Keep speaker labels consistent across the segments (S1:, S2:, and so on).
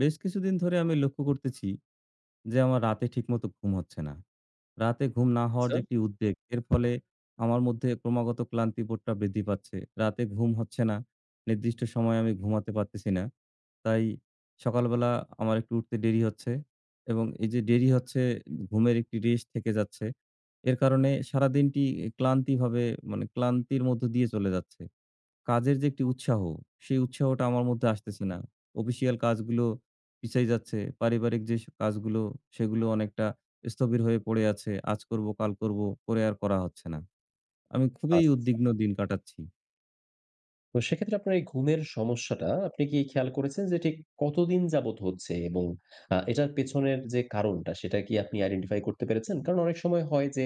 S1: বেশ কিছুদিন ধরে আমি লক্ষ্য করতেছি যে আমার রাতে ঠিকমতো ঘুম হচ্ছে না। রাতে ঘুম না হওয়ার
S2: আচ্ছা,
S1: যে একটি উদ্বেগ, এর ফলে আমার মধ্যে ক্রমাগত ক্লান্তিবোধটা বৃদ্ধি পাচ্ছে। রাতে ঘুম হচ্ছে না। নির্দিষ্ট সময়ে আমি ঘুমাতে পারতেছি না। তাই সকালবেলা আমার একটু উঠতে দেরি হচ্ছে এবং এই যে দেরি হচ্ছে, ঘুমের একটি রেশ থেকে যাচ্ছে। এর কারণে সারাদিনটি ক্লান্তিভাবে, মানে ক্লান্তির মধ্য দিয়ে চলে যাচ্ছে। কাজের যে একটি উৎসাহ, সেই উৎসাহটা আমার মধ্যে আসতেছে না। অফিসিয়াল কাজগুলো পিছায় যাচ্ছে। পারিবারিক যে কাজগুলো, সেগুলো অনেকটা স্থবির হয়ে পড়ে আছে। আজ করব, কাল করব, করে আর করা হচ্ছে না। আমি খুবই
S2: আচ্ছা, আচ্ছা।
S1: উদ্বিগ্ন দিন কাটাচ্ছি।
S2: তো সেক্ষেত্রে আপনার এই ঘুমের সমস্যাটা আপনি কি খেয়াল করেছেন যে ঠিক কতদিন যাবত হচ্ছে? এবং এটার পেছনের যে কারণটা সেটা কি আপনি আইডেন্টিফাই করতে পেরেছেন? কারণ অনেক সময় হয় যে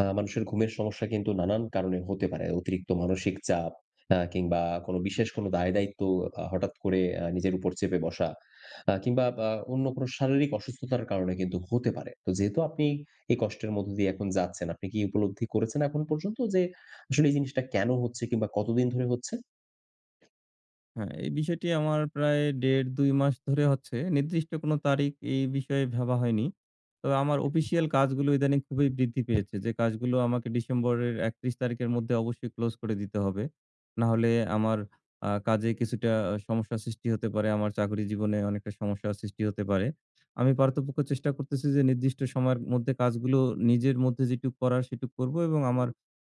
S2: মানুষের ঘুমের সমস্যা কিন্তু নানান কারণে হতে পারে। অতিরিক্ত মানসিক চাপ কিংবা কোনো বিশেষ কোনো দায়-দায়িত্ব হঠাৎ করে নিজের উপর চেপে বসা কিংবা বা অন্য কোনো শারীরিক অসুস্থতার কারণে কিন্তু হতে পারে। তো যেহেতু আপনি এই কষ্টের মধ্য দিয়ে এখন যাচ্ছেন, আপনি কি উপলব্ধি করেছেন এখন পর্যন্ত যে আসলে এই জিনিসটা কেন হচ্ছে কিংবা কতদিন ধরে হচ্ছে?
S1: হ্যাঁ, এই বিষয়টি আমার প্রায় ১.৫-২ মাস ধরে হচ্ছে। নির্দিষ্ট কোনো তারিখ এই বিষয়ে ভাবা হয়নি। তবে আমার অফিসিয়াল কাজগুলো ইদানিং খুবই বৃদ্ধি পেয়েছে। যে কাজগুলো আমাকে ডিসেম্বরের ৩১ তারিখের মধ্যে অবশ্যই ক্লোজ করে দিতে হবে। না হলে আমার কাজে কিছুটা সমস্যার সৃষ্টি হতে পারে। আমার চাকরি জীবনে অনেকটা সমস্যার সৃষ্টি হতে পারে। আমি পারতপক্ষ চেষ্টা করতেছি যে নির্দিষ্ট সময়ের মধ্যে কাজগুলো নিজের মধ্যে যেটুক করার সেটুক করব এবং আমার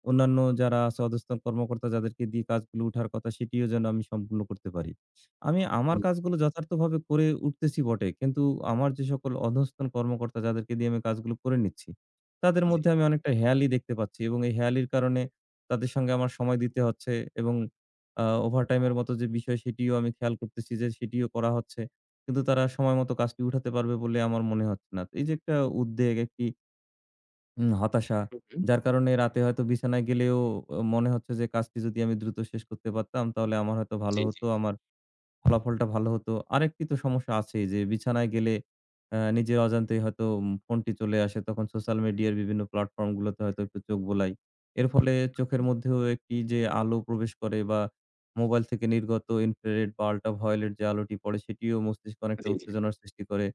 S1: অন্যান্য যারা আছে অধস্তন কর্মকর্তা, যাদেরকে দিয়ে কাজগুলো উঠার কথা, সেটিও যেন আমি সম্পূর্ণ করতে পারি। আমি আমার
S2: হুম,
S1: কাজগুলো যথার্থভাবে করে উঠতেছি বটে। কিন্তু আমার যে সকল অধস্তন কর্মকর্তা, যাদেরকে দিয়ে আমি কাজগুলো করে নিচ্ছি, তাদের
S2: জি,
S1: মধ্যে আমি অনেকটা হেয়ালি দেখতে পাচ্ছি এবং এই হেয়ালির কারণে তাদের সঙ্গে আমার সময় দিতে হচ্ছে এবং ওভারটাইম এর মতো যে বিষয়, সেটিও আমি খেয়াল করতেছি যে সেটিও করা হচ্ছে। কিন্তু তারা সময়মতো কাজটি উঠাতে পারবে বলে আমার মনে হচ্ছে না। তো এই যে একটা উদ্বেগ, একটি হতাশা। যার কারণে রাতে হয়তো বিছানায় গেলেও মনে হচ্ছে যে কাজটি যদি আমি দ্রুত শেষ করতে পারতাম, তাহলে আমার হয়তো ভালো
S2: জি, জি,
S1: হতো। আমার ফলাফলটা ভালো হতো। আরেকটি তো সমস্যা আছেই যে বিছানায় গেলে নিজের অজান্তেই হয়তো ফোনটি চলে আসে। তখন সোশ্যাল মিডিয়ার বিভিন্ন প্ল্যাটফর্ম গুলোতে হয়তো একটু চোখ বোলাই। এর ফলে চোখের মধ্যেও একটি যে আলো প্রবেশ করে, বা মোবাইল থেকে নির্গত ইনফ্রারেড বা আল্ট্রাভায়োলেট যে আলোটি পড়ে, সেটিও মস্তিষ্কে অনেকটা
S2: জি, জি।
S1: উত্তেজনার সৃষ্টি করে।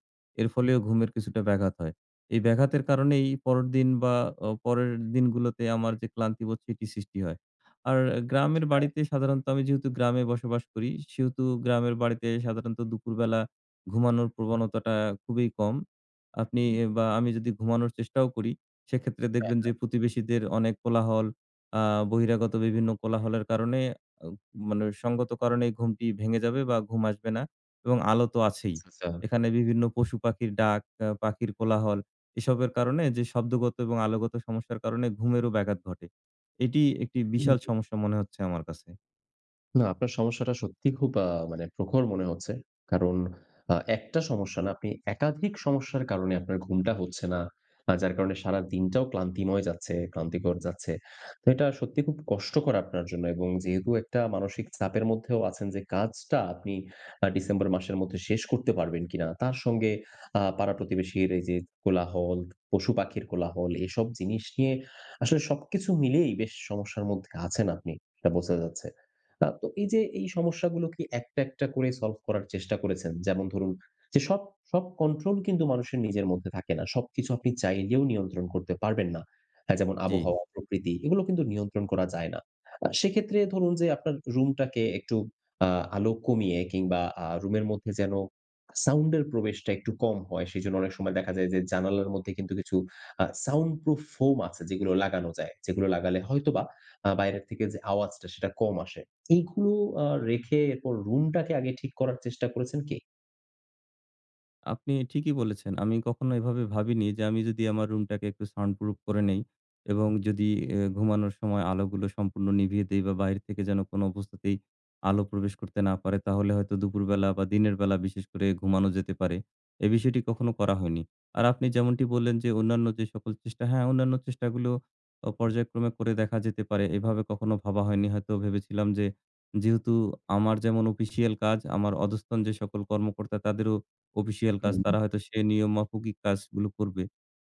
S1: এর ফলেও ঘুমের কিছুটা ব্যাঘাত হয়। এই ব্যাঘাতের কারণেই পরের দিন বা পরের দিনগুলোতে আমার যে ক্লান্তিবোধ, সেটি সৃষ্টি হয়। আর গ্রামের বাড়িতে সাধারণত, আমি যেহেতু গ্রামে বসবাস করি, সেহেতু গ্রামের বাড়িতে সাধারণত দুপুরবেলা ঘুমানোর প্রবণতাটা খুবই কম। আপনি বা আমি যদি ঘুমানোর চেষ্টাও করি, সেক্ষেত্রে দেখবেন যে
S2: হ্যাঁ,
S1: প্রতিবেশীদের অনেক কোলাহল, আ বহিরাগত বিভিন্ন কোলাহলের কারণে, আ মানে সঙ্গত কারণে ঘুমটি ভেঙে যাবে বা ঘুম আসবে না, এবং আলো তো আছেই।
S2: আচ্ছা, আচ্ছা।
S1: এখানে বিভিন্ন পশু-পাখির ডাক, পাখির কোলাহল, এসবের কারণে, যে শব্দগত এবং আলোগত সমস্যার কারণে ঘুমেরও ব্যাঘাত ঘটে। এটি একটি
S2: হুম।
S1: বিশাল সমস্যা মনে হচ্ছে আমার কাছে।
S2: না, আপনার সমস্যাটা সত্যিই খুব মানে প্রখর মনে হচ্ছে। কারণ একটা সমস্যা না, আপনি একাধিক সমস্যার কারণে আপনার ঘুমটা হচ্ছে না। যার কারণে সারা দিনটাও ক্লান্তিময় যাচ্ছে, ক্লান্তিকর যাচ্ছে। তো এটা সত্যি খুব কষ্টকর আপনার জন্য এবং যেহেতু একটা মানসিক চাপের মধ্যেও আছেন যে কাজটা আপনি ডিসেম্বর মাসের মধ্যে শেষ করতে পারবেন কিনা। তার সঙ্গে পাড়া-প্রতিবেশীর এই যে কোলাহল, পশু-পাখির কোলাহল এসব জিনিস নিয়ে আসলে সবকিছু মিলেই বেশ সমস্যার মধ্যে আছেন আপনি। এটা বোঝা যাচ্ছে। তো এই যে এই সমস্যাগুলো কি একটা, একটা করে সলভ করার চেষ্টা করেছেন? যেমন ধরুন যে সব কন্ট্রোল কিন্তু মানুষের নিজের মধ্যে থাকে না। সবকিছু আপনি চাইলেও নিয়ন্ত্রণ করতে পারবেন না। যেমন
S1: জি।
S2: আবহাওয়া, প্রকৃতি এগুলো কিন্তু নিয়ন্ত্রণ করা যায় না। সেক্ষেত্রে ধরুন যে আপনার রুমটাকে একটু আ আলো কমিয়ে কিংবা রুমের মধ্যে যেন সাউন্ড এর প্রবেশটা একটু কম হয়। সেজন্য অনেক সময় দেখা যায় যে জানালার মধ্যে কিন্তু কিছু সাউন্ড প্রুফ ফোম আছে যেগুলো লাগানো যায়। যেগুলো লাগালে হয়তোবা বাইরের থেকে যে আওয়াজটা সেটা কম আসে। এইগুলো রেখে এরপর রুমটাকে আগে ঠিক করার চেষ্টা করেছেন কে?
S1: আপনি ঠিকই বলেছেন। আমি কখনো এভাবে ভাবিনি যে আমি যদি আমার রুমটাকে একটু সাউন্ড প্রুফ করে নেই এবং যদি ঘুমানোর সময় আলোগুলো সম্পূর্ণ নিভিয়ে দেই, বা বাইরে থেকে যেন কোনো অবস্থাতেই আলো প্রবেশ করতে না পারে, তাহলে হয়তো দুপুরবেলা বা দিনের বেলা বিশেষ করে ঘুমানো যেতে পারে। এ বিষয়টি কখনো করা হয়নি। আর আপনি যেমনটি বললেন যে অন্যান্য যে সকল চেষ্টা, হ্যাঁ, অন্যান্য চেষ্টাগুলো পর্যায়ক্রমে করে দেখা যেতে পারে। এভাবে কখনো ভাবা হয়নি। হয়তো ভেবেছিলাম যে, যেহেতু আমার যেমন অফিসিয়াল কাজ, আমার অধস্তন যে সকল কর্মকর্তা, তাদেরও অফিসিয়াল কাজ,
S2: হুম।
S1: তারা হয়তো সে নিয়ম মাফিকই কাজগুলো করবে।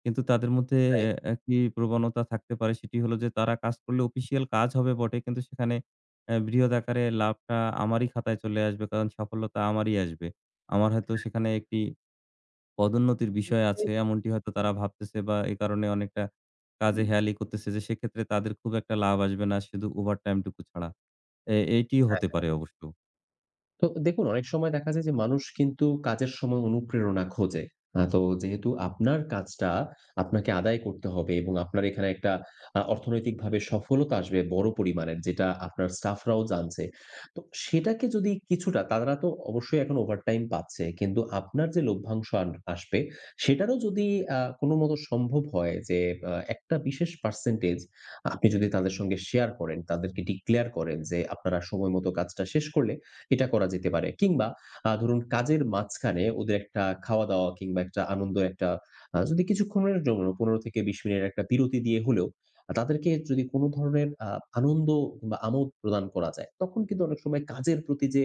S1: কিন্তু তাদের মধ্যে
S2: রাইট।
S1: একটি প্রবণতা থাকতে পারে, সেটি হলো যে তারা কাজ করলে অফিসিয়াল কাজ হবে বটে, কিন্তু সেখানে বৃহৎ আকারে লাভটা আমারই খাতায় চলে আসবে, কারণ সফলতা আমারই আসবে। আমার হয়তো সেখানে একটি পদোন্নতির বিষয়
S2: সেক্ষেত্রে
S1: আছে, এমনটি হয়তো তারা ভাবতেছে, বা এ কারণে অনেকটা কাজে হেয়ালি করতেছে যে, সেক্ষেত্রে তাদের খুব একটা লাভ আসবে না, শুধু ওভারটাইমটুকু ছাড়া। এটি হতে পারে অবশ্য।
S2: তো দেখুন অনেক সময় দেখা যায় যে মানুষ কিন্তু কাজের সময় অনুপ্রেরণা খোঁজে। তো যেহেতু আপনার কাজটা আপনাকে আদায় করতে হবে এবং আপনার এখানে একটা অর্থনৈতিকভাবে সফলতা আসবে বড় পরিমাণের যেটা আপনার স্টাফরাও জানছে। তো সেটাকে যদি কিছুটা তারা তো অবশ্যই এখন ওভারটাইম পাচ্ছে। কিন্তু আপনার যে লভ্যাংশ আন আসবে সেটারও যদি কোনমত সম্ভব হয় যে একটা বিশেষ পার্সেন্টেজ আপনি যদি তাদের সঙ্গে শেয়ার করেন, তাদেরকে ডিক্লেয়ার করেন যে আপনারা সময়মত কাজটা শেষ করলে এটা করা যেতে পারে। কিংবা ধরুন কাজের মাঝখানে ওদের একটা খাওয়া-দাওয়া কিংবা একটা আনন্দ একটা যদি কিছুক্ষণের জন্য ১৫-২০ মিনিটের একটা বিরতি দিয়ে হলেও তাদেরকে যদি কোন ধরনের আনন্দ বা আমোদ প্রদান করা যায়, তখন কিন্তু অনেক সময় কাজের প্রতি যে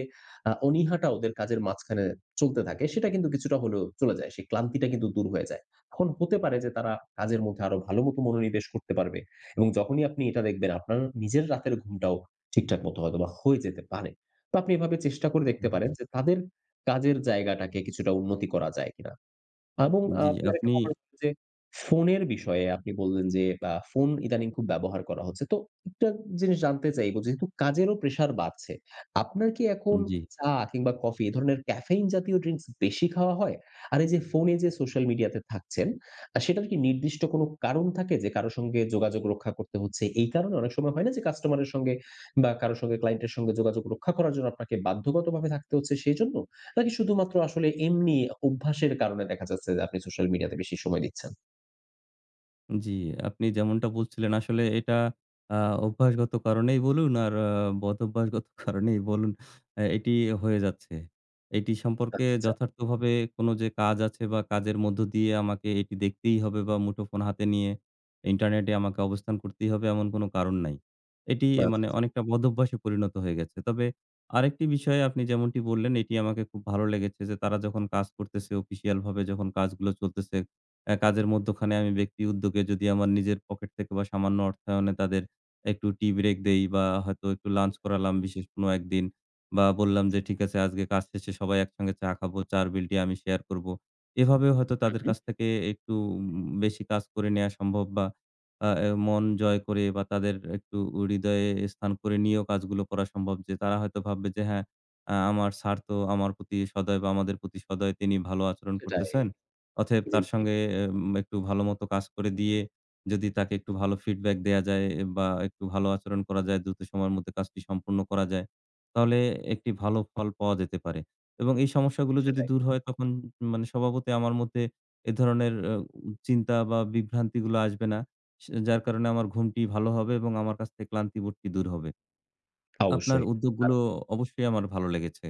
S2: অনীহাটা ওদের কাজের মাঝখানে চলতে থাকে, সেটা কিন্তু কিছুটা হলেও চলে যায়। সেই ক্লান্তিটা কিন্তু দূর হয়ে যায়। এখন হতে পারে যে তারা কাজের মধ্যে আরো ভালোমতো মনোনিবেশ করতে পারবে এবং যখনই আপনি এটা দেখবেন আপনার নিজের রাতের ঘুমটাও ঠিকঠাক মতো হয়তোবা হয়ে যেতে পারে। তো আপনি এভাবে চেষ্টা করে দেখতে
S1: হুম।
S2: পারেন যে তাদের কাজের জায়গাটাকে কিছুটা উন্নতি করা যায় কিনা। এবং
S1: জি,
S2: আপনি আরেকটা ব্যাপার বললেন যে ফোনের বিষয়ে আপনি বললেন যে ফোন ইদানিং খুব ব্যবহার করা হচ্ছে। তো একটা জিনিস জানতে চাইব যেহেতু কাজেরও প্রেশার বাড়ছে, আপনার কি এখন
S1: জি।
S2: চা কিংবা কফি এ ধরনের ক্যাফেইন জাতীয় ড্রিংকস বেশি খাওয়া হয়? আর এই যে ফোনে যে সোশ্যাল মিডিয়াতে থাকছেন, সেটার কি নির্দিষ্ট কোনো কারণ থাকে যে কারো সঙ্গে যোগাযোগ রক্ষা করতে হচ্ছে? এই কারণে অনেক সময় হয় না যে কাস্টমার এর সঙ্গে বা কারো সঙ্গে ক্লায়েন্ট এর সঙ্গে যোগাযোগ রক্ষা করার জন্য আপনাকে বাধ্যগতভাবে থাকতে হচ্ছে সেইজন্য? নাকি শুধুমাত্র আসলে এমনি অভ্যাসের কারণে দেখা যাচ্ছে যে আপনি সোশ্যাল মিডিয়াতে বেশি সময় দিচ্ছেন?
S1: জি, আপনি যেমনটা বলছিলেন, আসলে এটা আ অভ্যাসগত কারণেই বলুন আর বদভ্যাসগত কারণেই বলুন, এটি হয়ে যাচ্ছে। এটি সম্পর্কে
S2: আচ্ছা, আচ্ছা।
S1: যথার্থভাবে কোনো যে কাজ আছে, বা কাজের মধ্য দিয়ে আমাকে এটি দেখতেই হবে, বা মুঠোফোন হাতে নিয়ে ইন্টারনেটে আমাকে অবস্থান করতেই হবে, এমন কোনো কারণ নাই। এটি
S2: আচ্ছা,
S1: মানে
S2: আচ্ছা।
S1: অনেকটা বদভ্যাসে পরিণত হয়ে গেছে। তবে আরেকটি বিষয়ে আপনি যেমনটি বললেন, এটি আমাকে খুব ভালো লেগেছে, যে তারা যখন কাজ করতেছে, অফিসিয়াল ভাবে যখন কাজগুলো চলতেছে, কাজের মধ্যখানে আমি ব্যক্তি উদ্যোগে যদি আমার নিজের পকেট থেকে বা সামান্য অর্থায়নে তাদের একটু টি ব্রেক দেই, বা হয়তো একটু লাঞ্চ করালাম বিশেষ কোনো একদিন, বা বললাম যে, "ঠিক আছে, আজকে কাজ শেষে সবাই একসঙ্গে চা খাবো। চা'র বিলটি আমি শেয়ার করব।" এভাবে হয়তো
S2: হুম,
S1: তাদের
S2: হুম।
S1: কাছ থেকে একটু বেশি কাজ করে নেয়া সম্ভব, বা আ এ মন জয় করে বা তাদের একটু হৃদয়ে স্থান করে নিয়েও কাজগুলো করা সম্ভব। যে তারা হয়তো ভাববে যে, "হ্যাঁ, আমার স্যার তো আমার প্রতি সদয়, বা আমাদের প্রতি সদয়, তিনি ভালো আচরণ
S2: সেটাই।
S1: করতেছেন।" অতএব
S2: জি,
S1: তার
S2: জি।
S1: সঙ্গে একটু ভালোমতো কাজ করে দিয়ে, যদি তাকে একটু ভালো ফিডব্যাক দেয়া যায় বা একটু ভালো আচরণ করা যায়, দ্রুত সময়ের মধ্যে কাজটি সম্পূর্ণ করা যায়, তাহলে একটি ভালো ফল পাওয়া যেতে পারে। এবং এই সমস্যাগুলো যদি
S2: সেটাই।
S1: দূর হয়, তখন মানে স্বভাবতই আমার মধ্যে এ ধরনের চিন্তা বা বিভ্রান্তিগুলো আসবে না। সে যার কারণে আমার ঘুমটি ভালো হবে এবং আমার কাছ থেকে ক্লান্তিবোধটি দূর হবে। আপনার
S2: অবশ্যই।
S1: উদ্যোগগুলো অবশ্যই আমার ভালো লেগেছে।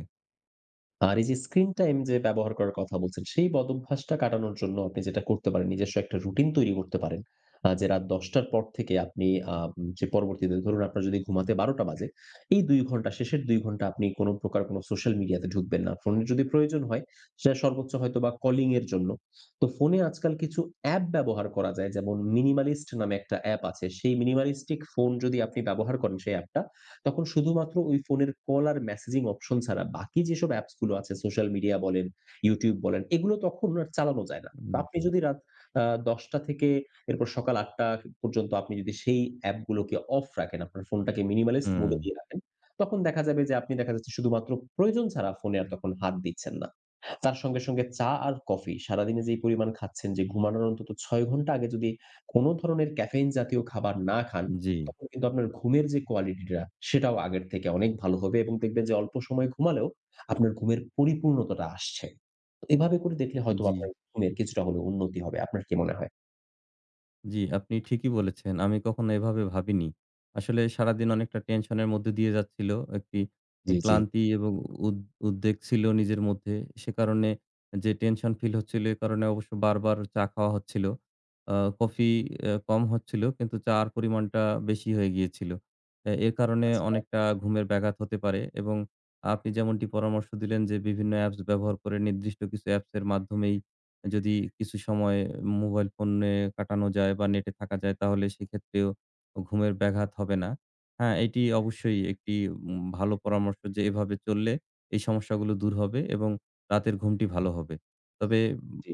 S2: আর এই যে স্ক্রিন টাইম যে ব্যবহার করার কথা বলছেন, সেই বদভ্যাসটা কাটানোর জন্য আপনি যেটা করতে পারেন, নিজস্ব একটা রুটিন তৈরি করতে পারেন। যে রাত ১০:০০ র পর থেকে আপনি আ যে পরবর্তীতে ধরুন আপনার যদি ঘুমাতে ১২:০০ টা বাজে, এই ২ ঘন্টা শেষের ২ ঘন্টা আপনি কোন প্রকার কোন সোশ্যাল মিডিয়াতে ঢুকবেন না। ফোনের যদি প্রয়োজন হয়, সেটা সর্বোচ্চ হয়তোবা কলিং এর জন্য। তো ফোনে আজকাল কিছু অ্যাপ ব্যবহার করা যায় যেমন মিনিমালিস্ট নামে একটা অ্যাপ আছে। সেই মিনিমালিস্টিক ফোন যদি আপনি ব্যবহার করেন সেই অ্যাপটা, তখন শুধুমাত্র ওই ফোনের কল আর মেসেজিং অপশন ছাড়া বাকি যেসব অ্যাপস গুলো আছে সোশ্যাল মিডিয়া বলেন, YouTube বলেন, এগুলো তখন আর চালানো যায় না। তো
S1: হুম,
S2: আপনি যদি রাত আ ১০ টা থেকে এরপর সকাল ৮ টা পর্যন্ত আপনি যদি সেই অ্যাপ গুলোকে অফ রাখেন, আপনার ফোনটাকে minimalist
S1: হুম,
S2: mode এ দিয়ে রাখেন, তখন দেখা যাবে যে আপনি দেখা যাচ্ছে শুধুমাত্র প্রয়োজন ছাড়া ফোনে আর তখন হাত দিচ্ছেন না। তার সঙ্গে চা আর কফি সারাদিনে যেই পরিমাণ খাচ্ছেন যে ঘুমানোর অন্তত ৬ ঘন্টা আগে যদি কোন ধরনের ক্যাফেইন জাতীয় খাবার না খান,
S1: জি,
S2: তখন কিন্তু আপনার ঘুমের যে কোয়ালিটিটা সেটাও আগের থেকে অনেক ভালো হবে এবং দেখবেন যে অল্প সময় ঘুমালেও আপনার ঘুমের পরিপূর্ণতাটা আসছে। তো এভাবে করে দেখলে হয়তো
S1: জি।
S2: আপনার ঘুমের কিছুটা হলেও উন্নতি হবে। আপনার কি মনে হয়?
S1: জি, আপনি ঠিকই বলেছেন। আমি কখনো এভাবে ভাবিনি। আসলে সারাদিন অনেকটা টেনশনের মধ্য দিয়ে যাচ্ছিল। একটি
S2: জি, জি।
S1: ক্লান্তি এবং উদ উদ্বেগ ছিল নিজের মধ্যে। সে কারণে যে টেনশন ফিল হচ্ছিল, এ কারণে অবশ্য বারবার চা খাওয়া হচ্ছিল। আ কফি কম হচ্ছিল, কিন্তু চা'র পরিমাণটা বেশি হয়ে গিয়েছিল। এর কারণে
S2: আচ্ছা,
S1: অনেকটা ঘুমের ব্যাঘাত হতে পারে, এবং আপনি যেমনটি পরামর্শ দিলেন যে বিভিন্ন অ্যাপস ব্যবহার করে, নির্দিষ্ট কিছু অ্যাপসের মাধ্যমেই যদি কিছু সময় মোবাইল ফোনে কাটানো যায় বা নেটে থাকা যায়, তাহলে সেক্ষেত্রেও ঘুমের ব্যাঘাত হবে না। হ্যাঁ, এটি অবশ্যই একটি ভালো পরামর্শ, যে এভাবে চললে এই সমস্যাগুলো দূর হবে এবং রাতের ঘুমটি ভালো হবে। তবে উম
S2: জি।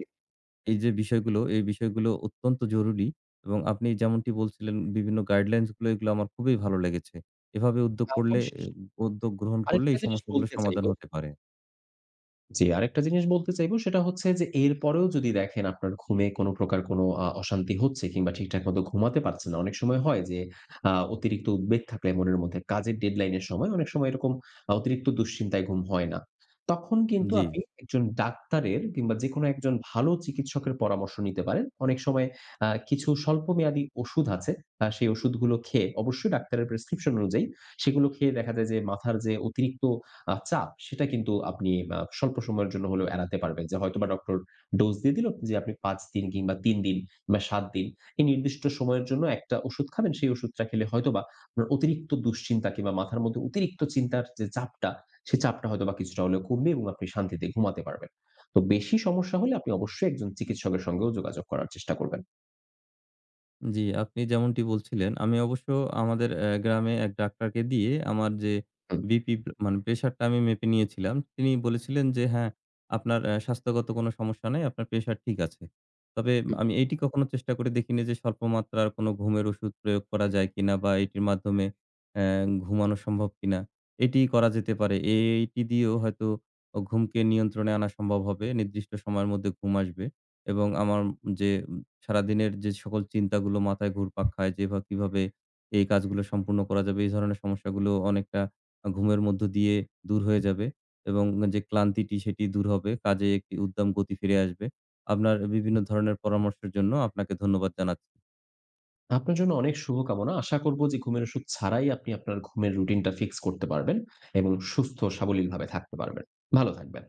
S1: এই বিষয়গুলো অত্যন্ত জরুরি, এবং আপনি যেমনটি বলছিলেন, বিভিন্ন গাইডলাইনস গুলো, এগুলো আমার খুবই ভালো লেগেছে। এভাবে
S2: পরিশেষে
S1: উদ্যোগ গ্রহণ করলে
S2: আরেকটা
S1: এই
S2: জিনিস
S1: সমস্যাগুলো
S2: বলতে চাইব
S1: সমাধান হতে পারে।
S2: আরেকটা জিনিস বলতে চাইবো সেটা হচ্ছে যে এরপরেও যদি দেখেন আপনার ঘুমে কোনো প্রকার কোনো অশান্তি হচ্ছে কিংবা ঠিকঠাক মতো ঘুমাতে পারছেন না। অনেক সময় হয় যে অতিরিক্ত উদ্বেগ থাকলে মনের মধ্যে কাজের ডেডলাইন এর সময় অনেক সময় এরকম অতিরিক্ত দুশ্চিন্তায় ঘুম হয় না। তখন কিন্তু
S1: জি।
S2: আপনি একজন ডাক্তারের কিংবা যেকোনো একজন ভালো চিকিৎসকের পরামর্শ নিতে পারেন। অনেক সময় কিছু স্বল্পমেয়াদী ওষুধ আছে। সেই ওষুধগুলো খেয়ে অবশ্যই ডাক্তারের প্রেসক্রিপশন অনুযায়ী সেগুলো খেয়ে দেখা যায় যে মাথার যে অতিরিক্ত চাপ সেটা কিন্তু আপনি স্বল্প সময়ের জন্য হলেও এড়াতে পারবেন। যে হয়তোবা ডক্টর ডোজ দিয়ে দিল যে আপনি ৫ দিন কিংবা ৩ দিন বা ৭ দিন এই নির্দিষ্ট সময়ের জন্য একটা ওষুধ খাবেন। সেই ওষুধটা খেলে হয়তোবা আপনার অতিরিক্ত দুশ্চিন্তা কিংবা মাথার মধ্যে অতিরিক্ত চিন্তার যে চাপটা, সে চাপটা হয়তোবা কিছুটা হলেও কমবে এবং আপনি শান্তিতে ঘুমাতে পারবেন। তো বেশি সমস্যা হলে আপনি অবশ্যই একজন চিকিৎসকের সঙ্গেও যোগাযোগ করার চেষ্টা করবেন।
S1: জি, আপনি যেমনটি বলছিলেন, আমি অবশ্য আমাদের গ্রামে এক ডাক্তারকে দিয়ে আমার যে
S2: হুম।
S1: বিপি, মানে প্রেশারটা আমি মেপে নিয়েছিলাম। তিনি বলেছিলেন যে, "হ্যাঁ, আপনার স্বাস্থ্যগত কোনো সমস্যা নাই, আপনার প্রেশার ঠিক আছে।" তবে আমি এইটি কখনো চেষ্টা করে দেখিনি যে স্বল্প মাত্রার কোনো ঘুমের ওষুধ প্রয়োগ করা যায় কিনা, বা এটির মাধ্যমে অ্যা ঘুমানো সম্ভব কিনা? এটি করা যেতে পারে। এইটি দিয়েও হয়তো ঘুমকে নিয়ন্ত্রণে আনা সম্ভব হবে। নির্দিষ্ট সময়ের মধ্যে ঘুম আসবে এবং আমার যে সারাদিনের যে সকল চিন্তাগুলো মাথায় ঘুরপাক খায়, কিভাবে এই কাজগুলো সম্পূর্ণ করা যাবে, এই ধরনের সমস্যাগুলো অনেকটা ঘুমের মধ্য দিয়ে দূর হয়ে যাবে এবং যে ক্লান্তিটি, সেটি দূর হবে। কাজে একটি উদ্দাম গতি ফিরে আসবে। আপনার বিভিন্ন ধরনের পরামর্শের জন্য আপনাকে ধন্যবাদ জানাচ্ছি।
S2: আপনার জন্য অনেক শুভকামনা। আশা করব যে ঘুমের ওষুধ ছাড়াই আপনি আপনার ঘুমের রুটিনটা ফিক্স করতে পারবেন এবং সুস্থ সাবলীলভাবে থাকতে পারবেন। ভালো থাকবেন।